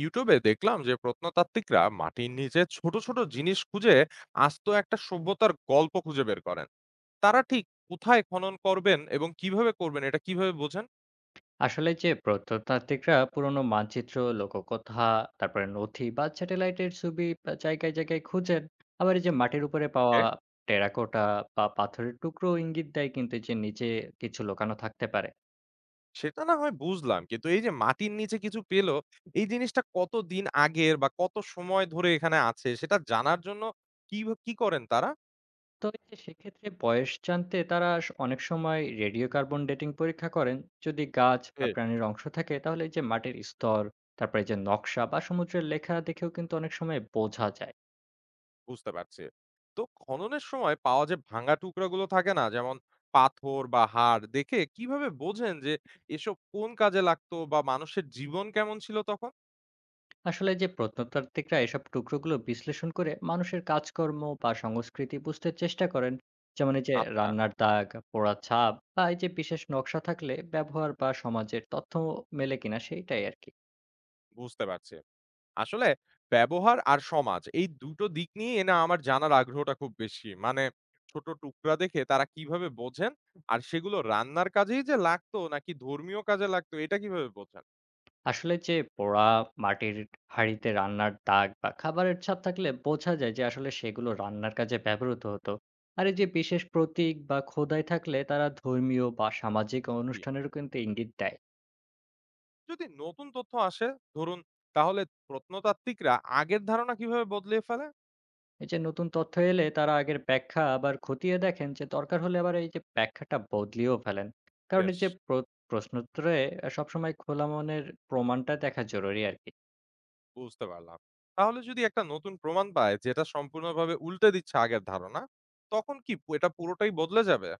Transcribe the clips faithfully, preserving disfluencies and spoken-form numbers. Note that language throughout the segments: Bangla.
ইউটিউবে দেখলাম যে প্রত্নতাত্ত্বিকরা মাটির নিচে ছোট ছোট জিনিস খুঁজে আস্ত একটা সভ্যতার গল্প খুঁজে বের করেন। তারা ঠিক কোথায় খনন করবেন এবং কিভাবে করবেন এটা কিভাবে বোঝেন? আসলে যে প্রত্নতাত্ত্বিকরা পুরনো মানচিত্র, লোককথা, তারপরে নথি বা স্যাটেলাইটের ছবি বা জায়গায় জায়গায় খুঁজেন। আবার এই যে মাটির উপরে ওকে, পাওয়া টেরাকোটা বা পাথরের টুকরো ইঙ্গিত দেয়, কিন্তু যে নিচে কিছু লুকানো থাকতে পারে। সেটা না হয় বুঝলাম কিন্তু এই যে মাটির নিচে কিছু পেলো এই জিনিসটা কত দিন আগের বা কত সময় ধরে এখানে আছে সেটা জানার জন্য কি কি করেন তারা? তো এই যে সেক্ষেত্রে বয়স জানতে তারা স- অনেক সময় রেডিও কার্বন ডেটিং পরীক্ষা করেন। যদি গাছ বা প্রাণীর অংশ থাকে, তাহলে এই যে মাটির স্তর, তারপরে এই যে নকশা বা সমুদ্রের লেখা দেখেও কিন্তু অনেক সময় বোঝা যায়। বুঝতে পারছি। তো খননের সময় পাওয়া যে ভাঙা টুকরাগুলো থাকে না? যেমন পাথর বা হাড় দেখে কিভাবে বোঝেন যে এসব কোন কাজে লাগতো বা মানুষের জীবন কেমন ছিল তখন? আসলে যে প্রত্নতাত্ত্বিকরা এসব টুকরোগুলো বিশ্লেষণ করে মানুষের কাজকর্ম বা সংস্কৃতি বুঝতে চেষ্টা করেন। যেমন এই যে আচ্ছা, রান্নার দাগ, পোড়া ছাপ বা এই যে বিশেষ নকশা থাকলে ব্যবহার বা সমাজের তথ্য মেলে কিনা, সেইটাই আর কি। বুঝতে পারছি। আসলে ব্যবহার আর সমাজ এই দুটো দিক নিয়ে না আমার জানার আগ্রহটা খুব বেশি। মানে ছোট টুকরা দেখে তারা কিভাবে বোঝেন? আর সেগুলো রান্নার কাজেই যে লাগতো নাকি ধর্মীয় কাজে লাগতো এটা কিভাবে বোঝেন? আসলে যে পোড়া মাটির হাঁড়িতে রান্নার দাগ বা খাবারের ছাপ থাকলে বোঝা যায় যে আসলে সেগুলো রান্নার কাজে ব্যবহৃত হতো। আর এই যে বিশেষ প্রতীক বা খোদাই থাকলে তারা ধর্মীয় বা সামাজিক জি। অনুষ্ঠানেরও কিন্তু ইঙ্গিত দেয়। যদি নতুন তথ্য আসে ধরুন, তাহলে প্রত্নতাত্ত্বিকরা আগের ধারণা কিভাবে বদলে ফেলে? এই যে নতুন তথ্য এলে তারা আগের ব্যাখ্যা আবার খতিয়ে দেখেন, যে দরকার হলে আবার এই যে ব্যাখ্যাটা বদলিয়েও ফেলেন। কারণ এই বেশ, যে প্র- প্রশ্নোত্তরে সবসময় খোলা মনের প্রমাণটা দেখা জরুরি আর কি। বুঝতে পারলাম। তাহলে যদি একটা নতুন প্রমাণ পায় যেটা সম্পূর্ণভাবে উল্টে দিচ্ছে আগের ধারণা, তখন কি পু- এটা পুরোটাই বদলে যাবে?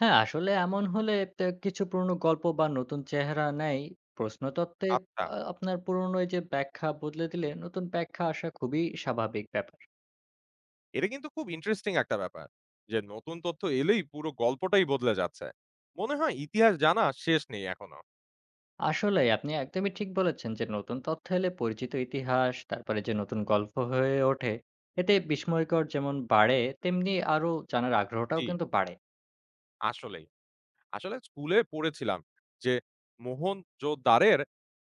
হ্যাঁ, আসলে এমন হলে তে কিছু পুরনো গল্প বা নতুন চেহারা নেয় প্রশ্নতত্ত্বে। আহ, আচ্ছা, আপনার পুরনো এই যে ব্যাখ্যা বদলে দিলে নতুন ব্যাখ্যা আসা খুবই স্বাভাবিক ব্যাপার। এটা কিন্তু খুব ইন্টারেস্টিং একটা ব্যাপার যে নতুন তথ্য এলেই পুরো গল্পটাই বদলে যাচ্ছে। মনে হয় ইতিহাস জানা শেষ নেই এখনো। আসলে আপনি একদমই ঠিক বলেছেন যে নতুন তথ্য এলে পরিচিত ইতিহাস তারপরে যে নতুন গল্প হয়ে ওঠে। এতে বিস্ময়কর যেমন বাড়ে, তেমনি আরো জানার আগ্রহটাও জি, কিন্তু বাড়ে। আসলেই। আসলে স্কুলে পড়েছিলাম যে মোহনজোদাড়োর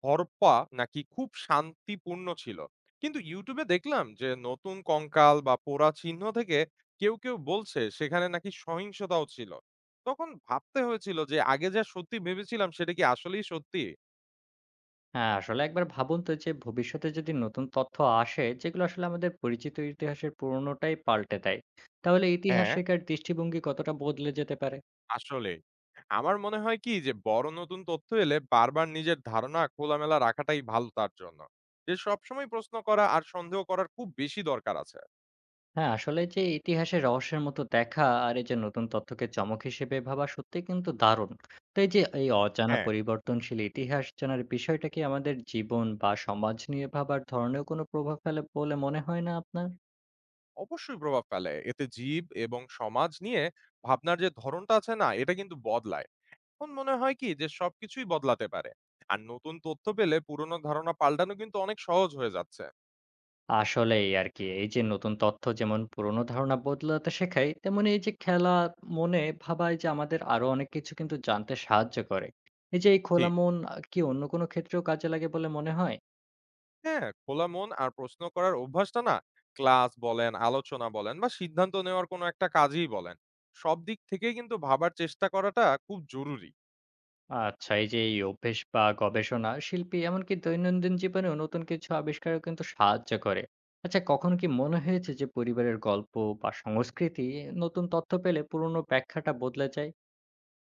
হরপ্পা নাকি খুব শান্তিপূর্ণ ছিল, কিন্তু ইউটিউবে দেখলাম যে নতুন কঙ্কাল বা পোড়া চিহ্ন থেকে কেউ কেউ বলছে সেখানে নাকি সহিংসতাও ছিল। তখন ভাবতে হয়েছিল যে আগে যা সত্যি ভেবেছিলাম সেটা কি আসলেই সত্যি? হ্যাঁ, আসলে একবার ভাবুন তো, যে ভবিষ্যতে যদি নতুন তথ্য আসে যেগুলো আসলে আমাদের পরিচিত ইতিহাসের পুরনোটাই পাল্টে দেয়, তাহলে ইতিহাস হ্যাঁ, শেখার দৃষ্টিভঙ্গি কতটা বদলে যেতে পারে? আসলে আমার মনে হয় কি যে বড় নতুন তথ্য এলে বারবার নিজের ধারণা খোলামেলা রাখাটাই ভালো তার জন্য, যে সবসময় প্রশ্ন করা আর সন্দেহ করার খুব বেশি দরকার আছে। হ্যাঁ, আসলে যে ইতিহাসের রহস্যের মতো দেখা আর এই যে নতুন তথ্যকে চমক হিসেবে ভাবা সত্যিই কিন্তু দারুণ। তো এই যে এই অজানা হ্যাঁ, পরিবর্তনশীল ইতিহাস জানার বিষয়টা কি আমাদের জীবন বা সমাজ নিয়ে ভাবার ধরনেও কোনো প্রভাব ফেলে বলে মনে হয় না আপনার? অবশ্যই প্রভাব ফেলে। এতে জীব এবং সমাজ নিয়ে ভাবনার যে ধরনটা আছে না, এটা কিন্তু বদলায়। তখন মনে হয় কি যে সবকিছুই বদলাতে পারে। আর নতুন তথ্য পেলে পুরনো ধারণা পাল্টানো কিন্তু অনেক সহজ হয়ে যাচ্ছে। আসলেই আরকি। এই যে নতুন তথ্য যেমন পুরনো ধারণা বদলাতে শেখায়, তেমনি এই যে খেলা মনে ভাবা এই যে আমাদের আরো অনেক কিছু কিন্তু জানতে সাহায্য করে। এই যে এই খোলা ঠিক। মন আ কি অন্য কোনো ক্ষেত্রেও কাজে লাগে বলে মনে হয়? হ্যাঁ, খোলা মন আর প্রশ্ন করার অভ্যাসটা না, ক্লাস বলেন, আলোচনা বলেন বা সিদ্ধান্ত নেওয়ার কোনো একটা কাজেই বলেন। সব দিক থেকেই কিন্তু ভাবার চেষ্টা করাটা খুব জরুরি। আচ্ছা, এই যে এই অভ্যেস বা গবেষণা শিল্পী এমনকি দৈনন্দিন জীবনেও নতুন কিছু আবিষ্কারও কিন্তু সাহায্য করে। আচ্ছা, কখনো কি মনে হয়েছে যে পরিবারের গল্প বা সংস্কৃতি নতুন তথ্য পেলে পুরনো ব্যাখ্যাটা বদলে যায়?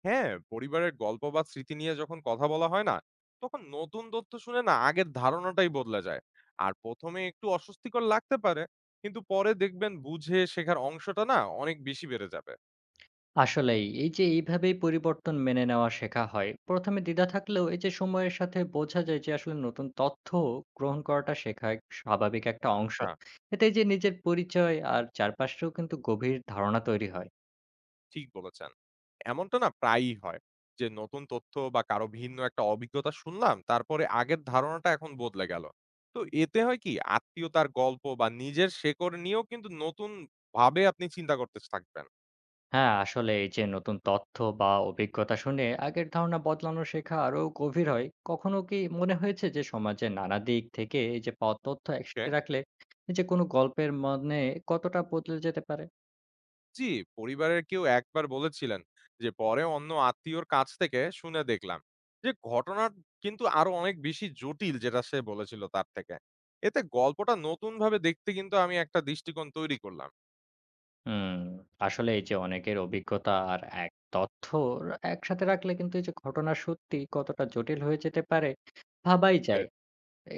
হ্যাঁ, পরিবারের গল্প বা স্মৃতি নিয়ে যখন কথা বলা হয় না, তখন নতুন তথ্য শুনে না আগের ধারণাটাই বদলে যায়। আর প্রথম এ একটু অস্বস্তিকর লাগতে পারে, কিন্তু পরে দেখবেন বুঝে শেখার অংশটা না অনেক বেশি বেড়ে যাবে। আসলেই এই যে এইভাবেই পরিবর্তন মেনে নেওয়া শেখা হয়। প্রথমে দ্বিধা থাকলেও এই যে সময়ের সাথে বোঝা যায় যে আসলে নতুন তথ্য গ্রহণ করাটা শেখা এক স্বাভাবিক একটা অংশ। হ্যাঁ, এতে এই যে নিজের পরিচয় আর চারপাশেও কিন্তু গভীর ধারণা তৈরি হয়। ঠিক বলেছেন। এমনটা না প্রায়ই হয় যে নতুন তথ্য বা কারো ভিন্ন একটা অভিজ্ঞতা শুনলাম, তারপরে আগের ধারণাটা এখন বদলে গেল। তো এতে হয় কি আত্মীয়তার গল্প বা নিজের শেকড় নিয়েও কিন্তু নতুন ভাবে আপনি চিন্তা করতে থাকবেন। হ্যাঁ, আসলে এই যে নতুন তথ্য বা অভিজ্ঞতা শুনে আগের ধারণা বদলানো শেখা আরো গভীর হয়। কখনো কি মনে হয়েছে যে সমাজের নানা দিক থেকে এই যে পাওয়া তথ্য ওকে। একসাথে রাখলে এই যে কোনো গল্পের মানে কতটা বদলে যেতে পারে? জি, পরিবারের কেউ একবার বলেছিলেন যে পরে অন্য আত্মীয়র কাছ থেকে শুনে দেখলাম যে ঘটনা কিন্তু আরো অনেক বেশি জটিল যেটা সে বলেছিল তার থেকে। এতে গল্পটা নতুন ভাবে দেখতে কিন্তু আমি একটা দৃষ্টিকোণ তৈরি করলাম। হুম, আসলে এই যে অনেকের অভিজ্ঞতা আর এক তথ্য একসাথে রাখলে কিন্তু এই যে ঘটনা সত্যি কতটা জটিল হয়ে যেতে পারে ভাবাই বে, যায়।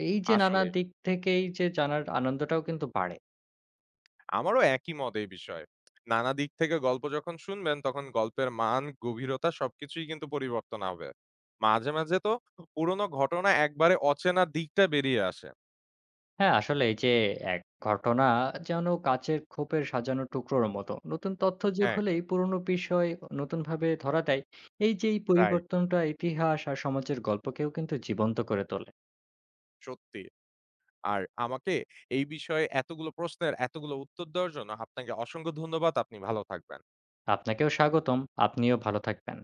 এই যে নানা আসলে দিক থেকেই যে জানার আনন্দটাও কিন্তু বাড়ে। আমারও একই মত এই বিষয়ে। নানা দিক থেকে গল্প যখন শুনবেন তখন গল্পের মান, গভীরতা সবকিছুই কিন্তু পরিবর্তন হবে। মাঝে, মাঝে তো পুরনো ঘটনা একবারে অচেনা দিকটা বেরিয়ে আসে। হ্যাঁ, আসলে এই যে এক ঘটনা যেন কাচের খোপের সাজানো টুকরোর মতো। নতুন তথ্য যোগ হ্যাঁ, হলেই পুরনো বিষয় নতুনভাবে ধরা দেয়। এই যে এই রাইট, পরিবর্তনটা ইতিহাস আর সমাজের গল্পকেও কিন্তু জীবন্ত করে তোলে। সত্যি। আর আমাকে এই বিষয়ে এতগুলো প্রশ্নের এতগুলো উত্তর দেওয়ার জন্য আপনাকে অসংখ্য ধন্যবাদ। আপনি ভালো থাকবেন। আপনাকেও স্বাগতম। আপনিও ভালো থাকবেন।